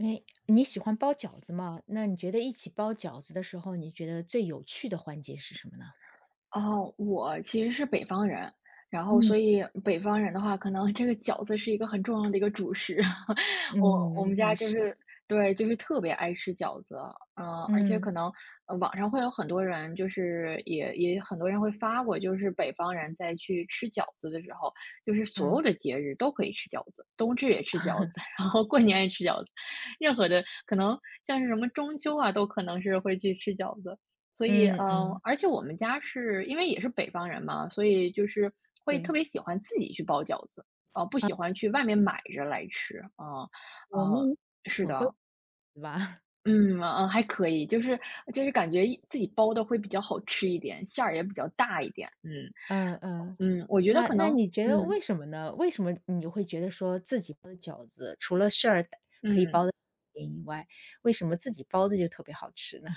哎，你喜欢包饺子吗？那你觉得一起包饺子的时候，你觉得最有趣的环节是什么呢？哦，我其实是北方人，然后嗯。所以北方人的话，可能这个饺子是一个很重要的一个主食。我我们嗯，那家就是，是对，就是特别爱吃饺子。而且嗯，可能网上会有很多人，就是也很多人会发过，就是北方人在去吃饺子的时候，就是所嗯 有的节日都可以吃饺子，冬至也吃饺子，然后过年也吃饺子，任何的可能像是什么中秋啊，都可能是会去吃饺子。所以，嗯嗯，而且我们家是因为也是北方人嘛，所以就是会特对。别喜欢自己去包饺子，不喜欢去外面买着来吃啊。我呃，们是很会的。是吧？嗯，还可以，就是感觉自己包的会比较好吃一点，馅儿也比较大一点。嗯，嗯嗯，嗯，我觉得那可那能，你觉得为嗯什么呢？为什么你会觉得说自己包的饺子，除了馅儿可以嗯。包的以外，为什么自己包的就特别好吃呢？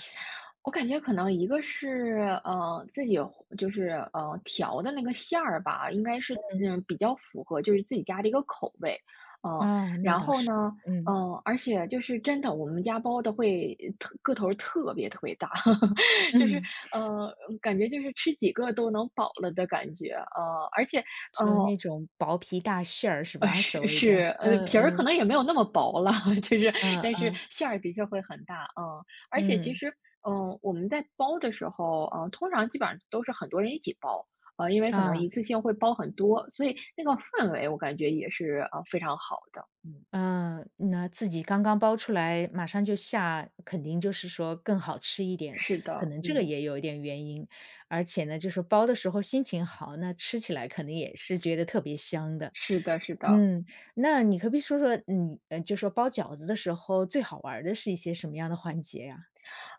我感觉可能一个是，自己和就是，调的那个馅儿吧，应该是，比较符合就是自己家的一个口味。嗯，哦，那然倒后是，呢，嗯，而且就是真的我们家包的会特个头儿特别特别大，嗯，就是，呃，感觉就是吃几个都能饱了的感觉。呃，而且，就呃，那种薄皮大馅儿是吧？所是谓的，是，嗯皮儿可嗯。能也没有那么薄了，就是嗯但嗯是馅儿的确会很大，嗯。而且其嗯实，我们在包的时候，通常基本上都是很多人一起包，因为可能啊一次性会包很多，所以那个氛围我感觉也是，非常好的。嗯，啊，那自己刚刚包出来，马上就下，肯定就是说更好吃一点，是可的，能这个嗯，也有一点原因。而且呢，就是包的时候心情好，那吃起来肯定也是觉得特别香的。是的是的。嗯，那你可不可以说说你，呃就说包饺子的时候最好玩儿的是一些什么样的环节呀？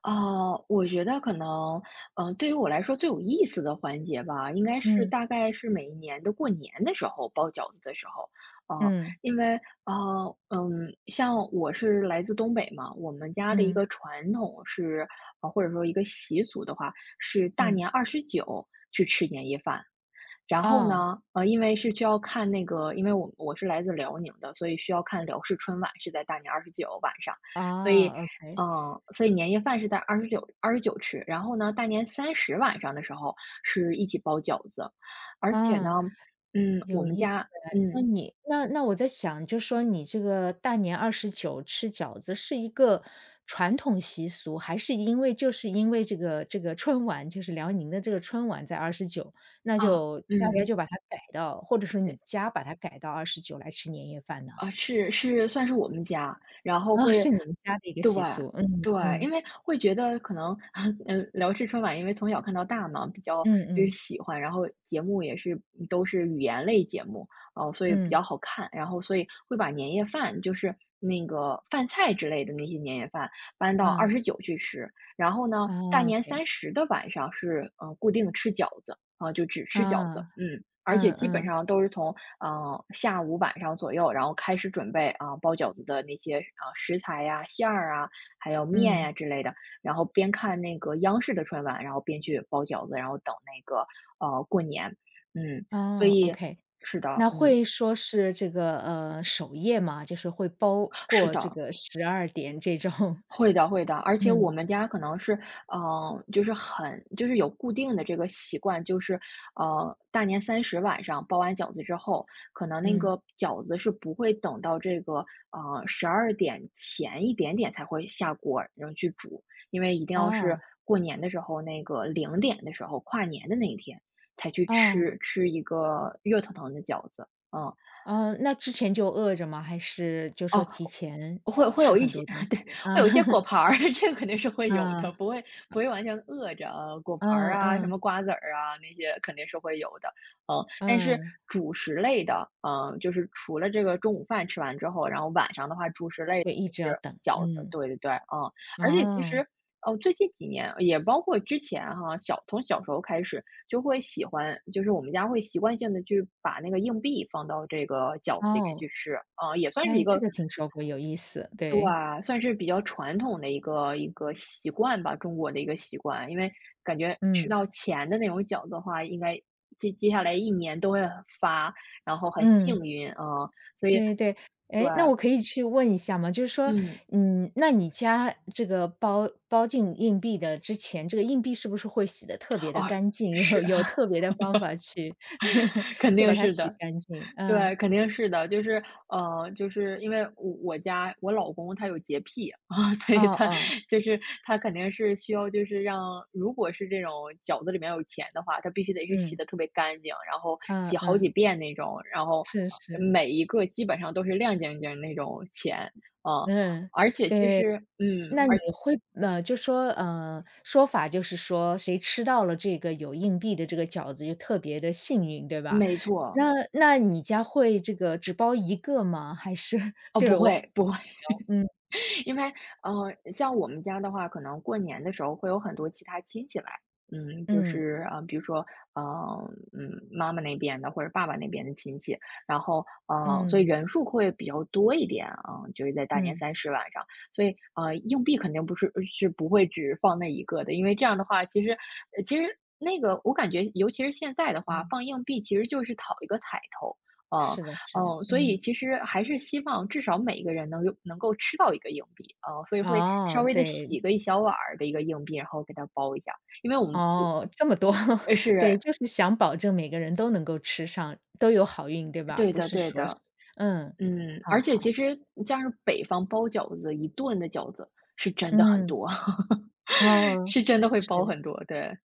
我觉得可能，对于我来说最有意思的环节吧，应该是嗯大概是每一年的过年的时候包饺子的时候，啊、嗯因为像我是来自东北嘛，我们家的一嗯个传统是，或者说一个习俗的话，是大嗯，年二十九去吃年夜饭。然后哦呢，因为是需要看那个，因为我是来自辽宁的，所以需要看辽视春晚是在大年二十九晚上，所以，哦，OK，所以年夜饭是在二十九吃，然后呢，大年三十晚上的时候是一起包饺子，而且啊，呢，我有们一。家那你那我在想，就说你这个大年二十九吃饺子是一个传统习俗，还是因为就是因为这个春晚，就是辽宁的这个春晚在二十九，那啊，就大家嗯，就把它改到或者说你对。家把它改到二十九来吃年夜饭呢？啊，是是算是我们家，然后哦，会是你们家的一个对，习俗，嗯对，嗯因为会觉得可能，聊《至春晚》，因为从小看到大嘛，比较嗯就是嗯喜欢，然后节目也是都是语言类节目，哦，所以比嗯，较好看，然后所以会把年夜饭，就是那个饭菜之类的那些年夜饭搬到二啊，十九去吃，然后呢，大啊年三，OK，十的晚上是，固定吃饺子，啊，就只吃饺子。啊，嗯，而且嗯基本嗯，上都是从下午晚上左右，然后开始准备啊、包饺子的那些啊、食材呀、馅儿啊，还有面嗯，呀、之类的。然后边看那个央视的春晚，然后边去包饺子，然后等那个过年。嗯，所哦以，OK。是的，那嗯，会说是这个，呃，守夜吗？就是会包是过这的，个十二点这种？会的会的，而且我嗯，们家可能是，就是很就是有固定的这个习惯，就是，大年三十晚上包完饺子之后，可能那嗯，个饺子是不会等到这个，12点前一点点才会下锅，然后去煮，因为一定要哦，是过年的时候那个零点的时候，跨年的那一天才去哦，吃一个热腾腾的饺子，嗯。哦，那之前就饿着吗？还是就说哦，提前会吃有一很些 多东 对，西？啊，会有一些果 盘儿，这个肯定是会有啊，的，不会不会完全饿着啊，果盘儿嗯啊，什么嗯，瓜子儿啊，那些肯定是会有的。但是嗯，主食类的，就是除了这个中午饭吃完之后，然后晚上的话，主食类就就一直要是等，饺子，嗯，对对对。嗯，而且其哦，实，哦，最近几年也包括之前哈，从小时候开始就会喜欢，就是我们家会习惯性的去把那个硬币放到这个饺子里面哦，去吃，啊、也算是哎，一这个。个听说过，有意思，对对，啊，算是比较传统的一个习惯吧，中国的一个习惯。因为感觉吃嗯，到钱的那种饺子的话，应该接下来一年都会很发，然后很幸嗯。运，啊。所以对对，对，哎，那我可以去问一下吗？就是说，嗯，嗯，那你家这个包进硬币的之前，这个硬币是不是会洗的特别的哦，干净，有是，有特别的方法去 肯 去把定它是洗的。干净？嗯，对，肯定是的，就是，就是因为我家我老公他有洁癖 啊，所以哦哦，就是他肯定是需要，就是让如果是这种饺子里面有钱的话，他必须得是洗嗯，的特别干净，然后嗯洗好嗯，几遍那种，然后是是，每一个基本上都是亮晶晶那种钱啊。嗯。而且其实，嗯，那你而会呃，就说呃，说法就是说谁吃到了这个有硬币的这个饺子就特别的幸运，对吧？没错。那那你家会这个只包一个吗？还是 哦，就是不我很会好不会，奇哦嗯因为，像我们家的话，可能过年的时候会有很多其他亲戚来。就嗯是比如说，呃，妈妈那边的或者爸爸那边的亲戚，然后，所以嗯人数会比较多一点啊，就是在大年嗯三十晚上，所以，硬币肯定不是是不会只放那一个的，因为这样的话，其实，呃其实那个我感觉，尤其是现在的话，嗯，放硬币其实就是讨一个彩头。呃是的是的，哦，所以嗯，其实还是希望至少每一个人能够吃到一个硬币，所以会哦，稍微的对，洗个一小碗儿的一个硬币，然后给它包一下。因为我们我哦，这么多，对，是，就是想保证每个人都能够吃上，都有好运，对吧？对不的是对说是的。嗯，好而且好，其实像是北方包饺子，一顿的饺子是真的很嗯，多，哦，是真的会包是。很多，对，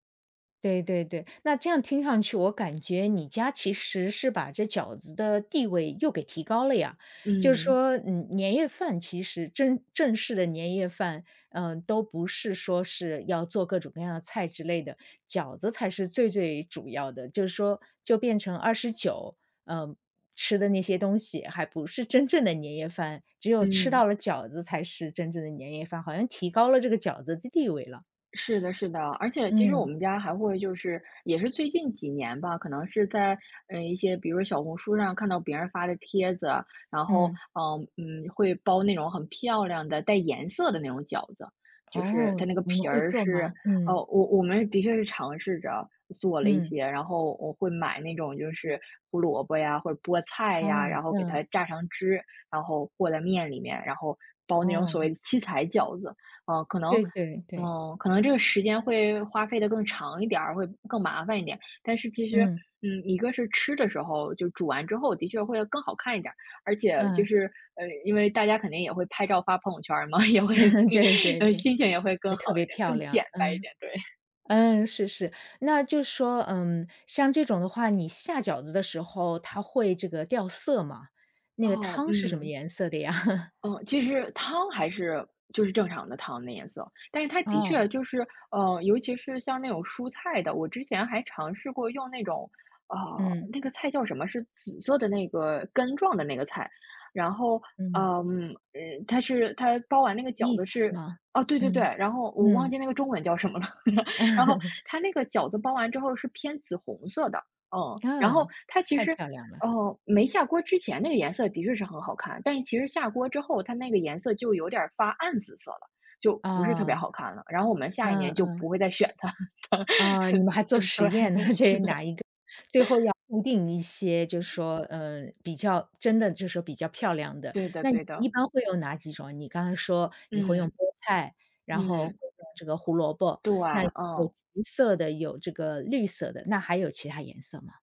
对对对，那这样听上去，我感觉你家其实是把这饺子的地位又给提高了呀。就是嗯，说，嗯，年夜饭其实正式的年夜饭，嗯、都不是说是要做各种各样的菜之类的，饺子才是最最主要的。就是说，就变成二十九，嗯，吃的那些东西还不是真正的年夜饭，只有吃嗯。到了饺子才是真正的年夜饭，好像提高了这个饺子的地位了。是的，是的，而且其实我嗯们家还会就是，也是最近几年吧，可能是在一些，比如说小红书上看到别人发的帖子，然后嗯。会包那种很漂亮的带颜色的那种饺子，就是哦，它那个你们皮会儿做是，吗？哦，嗯，我们的确是尝试着做了一嗯，些，然后我会买那种就是胡萝卜呀或者菠菜呀，哦，然后给嗯，它榨成汁，然后和在面里面，然后包那种所谓哦，的七彩饺子。嗯，可能对对对，哦，可能这个时间会花费的更长一点儿，会更麻烦一点。但是其实，嗯，一个是吃的时候，就煮完之后的确会更好看一点儿，而且就嗯，是，因为大家肯定也会拍照发朋友圈儿嘛，也会 对 对对，心情也会更会好特别一点，漂更显亮，摆一嗯，点，对。嗯，是是。那就说，嗯，像这种的话，你下饺子的时候，它会这个掉色吗？那个哦，汤是什么嗯。颜色的呀？嗯，其实汤还是就是正常的汤的颜色，但是它的哦，确就是，尤其是像那种蔬菜的，我之前还尝试过用那种，呃，嗯，那个菜叫什么？是紫色的那个根状的那个菜，然后，嗯 它是它包完那个 e 饺 a t 子 s 是，吗？哦，对对对，嗯，然后我忘嗯，记那个中文叫什么了，然后 它那个饺子包完之后是偏紫红色的。然后嗯，它其太实漂亮了，哦，没下锅之前那个颜色的确是很好看，但是其实下锅之后，它那个颜色就有点儿发暗紫色了，就不是特别啊好看了。然后我们下一嗯年就嗯。不会再选它。啊，你们还做嗯，实对，验呢，是对，的，哪一个最后要固定一些，就是说，嗯，比较真的就是说比较漂亮的。对的那你对一的，般会用哪几种？你刚才说你会用嗯，菠菜，然后嗯，会用这个胡萝卜，对，那有嗯。橘色的，有这个绿色的，那还有其他颜色吗？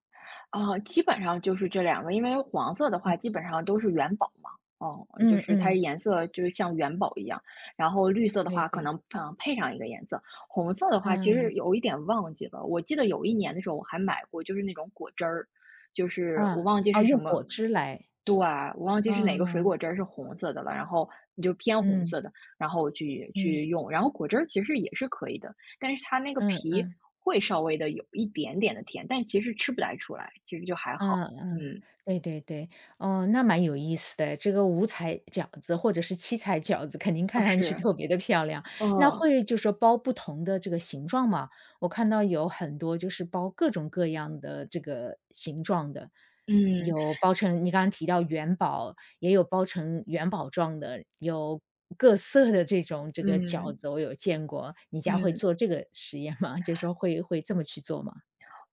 基本上就是这两个，因为黄色的话基本上都是元宝嘛，哦，就嗯是它嗯，颜色就像元宝一样，然后绿色的对话可对，能，配上一个颜色，红色的话其嗯，实有一点忘记了，我记得有一年的时候我还买过，就是那种果汁儿，就是嗯，我忘记哦，是什用么果汁来，对，我忘记是哪个水嗯，果汁儿是红色的了，然后就偏红嗯，色的，然后我去嗯，去用，然后果汁儿其实也是可以的，但是它那个嗯皮嗯。会稍微的有一点点的甜，但其实吃不太出来，其实就还嗯好。嗯，嗯，对对对，哦，那蛮有意思的。这个五彩饺子或者是七彩饺子，肯定啊，看上去是，特别的漂亮。那嗯，会就说包不同的这个形状吗？我看到有很多就是包各种各样的这个形状的，嗯，有包成你刚刚提到元宝，也有包成元宝状的，有各色的这种这个饺嗯，子，我有见过。你家会嗯。做这个实验吗？就说会这么去做吗？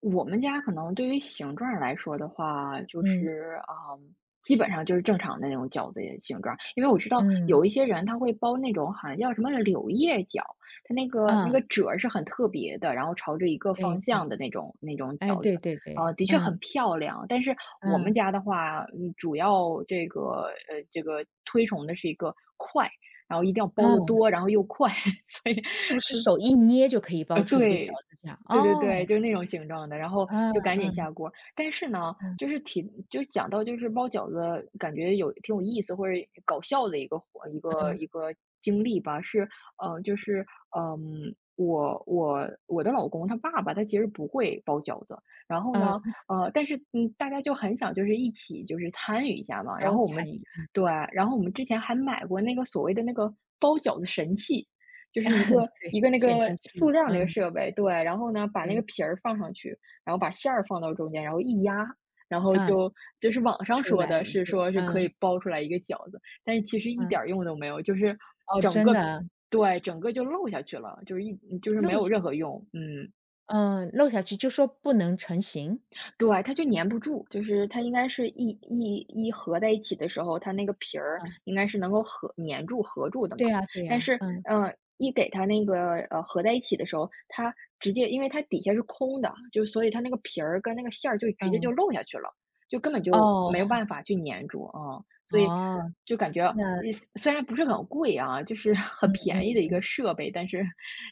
我们家可能对于形状儿来说的话，就嗯是，嗯，基本上就是正常的那种饺子的形状儿，因为我知道嗯，有一些人他会包那种好像叫什么柳叶饺，它那个那啊，个褶儿是很特别的，然后朝着一个对方向对。的那种哎，饺子，对对对，的确嗯，很漂亮。但是我们嗯，家的话，主要这个这个推崇的是一个快，然后一定要包的嗯，多，然后又快，所以是不是手一捏就可以包出一个饺对，子这样？对对对，哦，就是那种形状的，然后嗯就赶紧嗯下锅。但是呢，就嗯是挺，就讲到就是包饺子，感觉有挺有意思或者搞笑的一个活一个嗯一个经历吧，是，就是我的老公他爸爸他其实不会包饺子，然后呢，嗯，但是大家就很想就是一起就是参与一下嘛，然都后我们参与，对，然后我们之前还买过那个所谓的那个包饺子神器，就是一个对，一个那现代个是有，塑料那嗯，个设备，对，然后呢，把那对，个皮儿放上去，然后把馅儿放到中间，然后一压，然后嗯，就就是网上出说来了的一是个，说是可嗯以包出来一个饺子，但是其实一嗯，点儿用都没有，就是哦，整真的个啊对，整个就漏下去了，就是一就是没漏有下任何用，嗯。嗯，漏下去就说不能成型？对，它就粘不住，就是它应该是一合在一起的时候，它那个皮儿应该是能够合粘住、合住的对嘛。呀对但呀，是，嗯呃，一给它那个合在一起的时候，它直接因为它底下是空的，就所以它那个皮儿跟那个馅儿就直接就嗯，漏下去了，就根本就哦 没有 办法去粘住啊。所以哦，就感觉那虽然不是很贵啊，就是 很嗯便宜的一嗯个设备，但是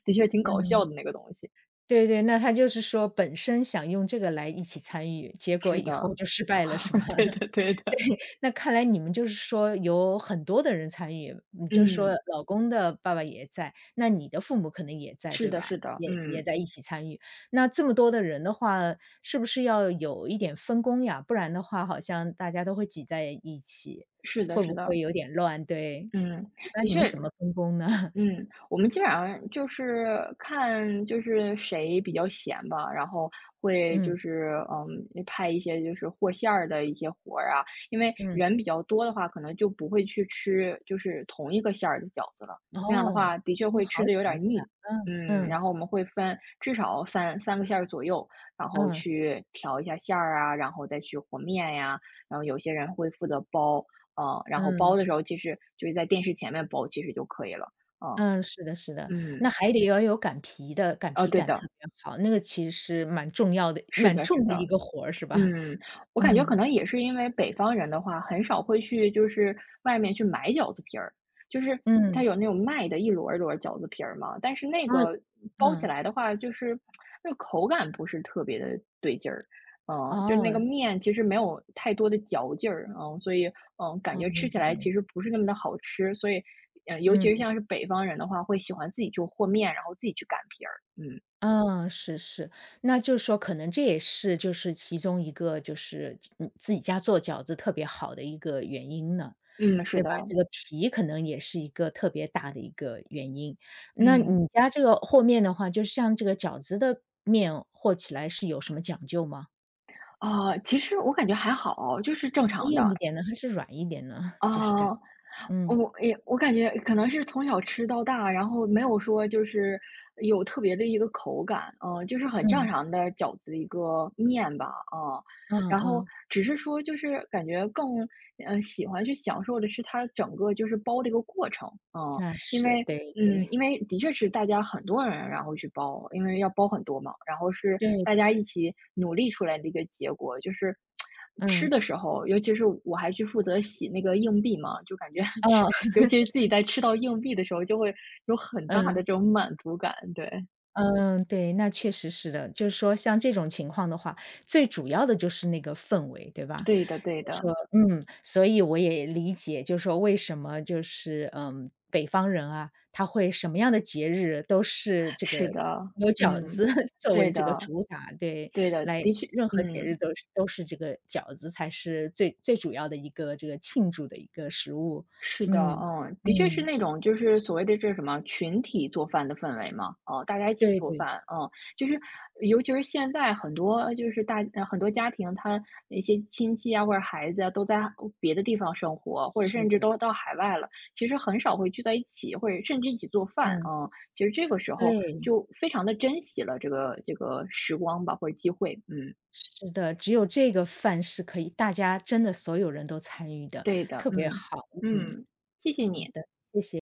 的确挺搞笑嗯，的那个东西。对对，那他就是说本身想用这个来一起参与，结果是以后的，就失败了是吧？对 的，对的，对，那看来你们就是说有很多的人参与，你就是说嗯。老公的爸爸也在，那你的父母可能也在，是对的吧？是的，也嗯，在一起参与。那这么多的人的话，是不是要有一点分工呀？不然的话，好像大家都会挤在一起，是的会是不会的，有点乱？对，嗯，一般的你们怎确，么分工呢？嗯，我们基本上就是看就是谁比较闲吧，然后会嗯就是拍一些就是和馅儿的一些活儿啊，因为嗯，人比较多的话，可能就不会去吃就是同一个馅儿的饺子了，那样的哦，话的确有会好吃的有几点个儿事儿，腻。嗯嗯，嗯然后我们会分至少三个馅儿左右，然后嗯去调一下馅儿啊，然后再去和面呀，然后有些人会负责包，嗯，然后嗯。包的时候其实就是在电视前面包，其实就可以了。哦，嗯，是的是的，嗯，那还得要有擀皮的，擀哦，皮对擀特的，别好，那个其实是蛮重要的是蛮的，是重的一的，个活儿是吧？嗯，我感觉嗯，可能也是因为北方人的话，很少会去就是外面去买饺子皮儿，就是它嗯，有那种卖的一摞儿一摞儿饺子皮儿嘛，但是那嗯，个包起嗯，来的话，就是那个口感不是特别的对劲儿，嗯，就是那哦，个面其实没有太多的嚼劲儿，嗯，所以嗯，感哦，觉明吃起白来明白，其实不是那么的好吃，所以尤其是嗯，像是北方人的话，会喜欢自己就和面，然后自己去擀皮儿，嗯。嗯，是是，那就是说可能这也是就是其中一个就是你自己家做饺子特别好的一个原因呢。嗯，是对的，吧？这个皮可能也是一个特别大的一个原因。那嗯，你家这个和面的话，就像这个饺子的面和起来是有什么讲究吗？啊，其实我感觉还好，就是正常硬一的。点呢，还是软一点呢？就是感啊，嗯，我感觉可能是从小吃到大，然后没有说就是有特别的一个口感，嗯、就是很正嗯，常的饺子的一个面吧，啊、嗯然后嗯，只是说就是感觉更喜欢去享受的是它整个就是包的一个过程，嗯、那因是，为对嗯，对，因为的确是大家很多人，然后去包，因为要包很多嘛，然后是对，大家一起努力出来的一个结果。就是吃嗯，的时候，尤其是我还去负责洗那个硬币嘛，就感觉 吃，哦，尤 其是自己是，在吃到硬币的时候，就会有很大的嗯，这种满足感。对，嗯，对，那确实是的。就是说像这种情况的话，最主要的就是那个氛围，对吧？对的，对说的，嗯，所以我也理解，就是说为什么就是，嗯，北方人啊，他会什么样的节日都是这是个的，有饺嗯，子 作对为这个的，主打，对，对的，来的确，任何节日嗯。都是这个饺子才是最最主要的一个这个庆祝的一个食物。是的，嗯，嗯，的确是嗯，那种就是所谓的这什么群体做饭的氛围嘛，哦，大家一起对做对，饭，嗯，就是尤其是现在很多就是很多家庭，他一些亲戚啊或者孩子啊都在别的地方生活，或者是甚至的，都到海外了，其实很少会聚在一起，或者甚至一起做饭，嗯，嗯，其实这个时候对，就非常的珍惜了这个时光吧，或者机会，嗯，是的，只有这个饭是可以大家真的所有人都参与的，对的，特别嗯好，嗯，嗯，谢谢你。的。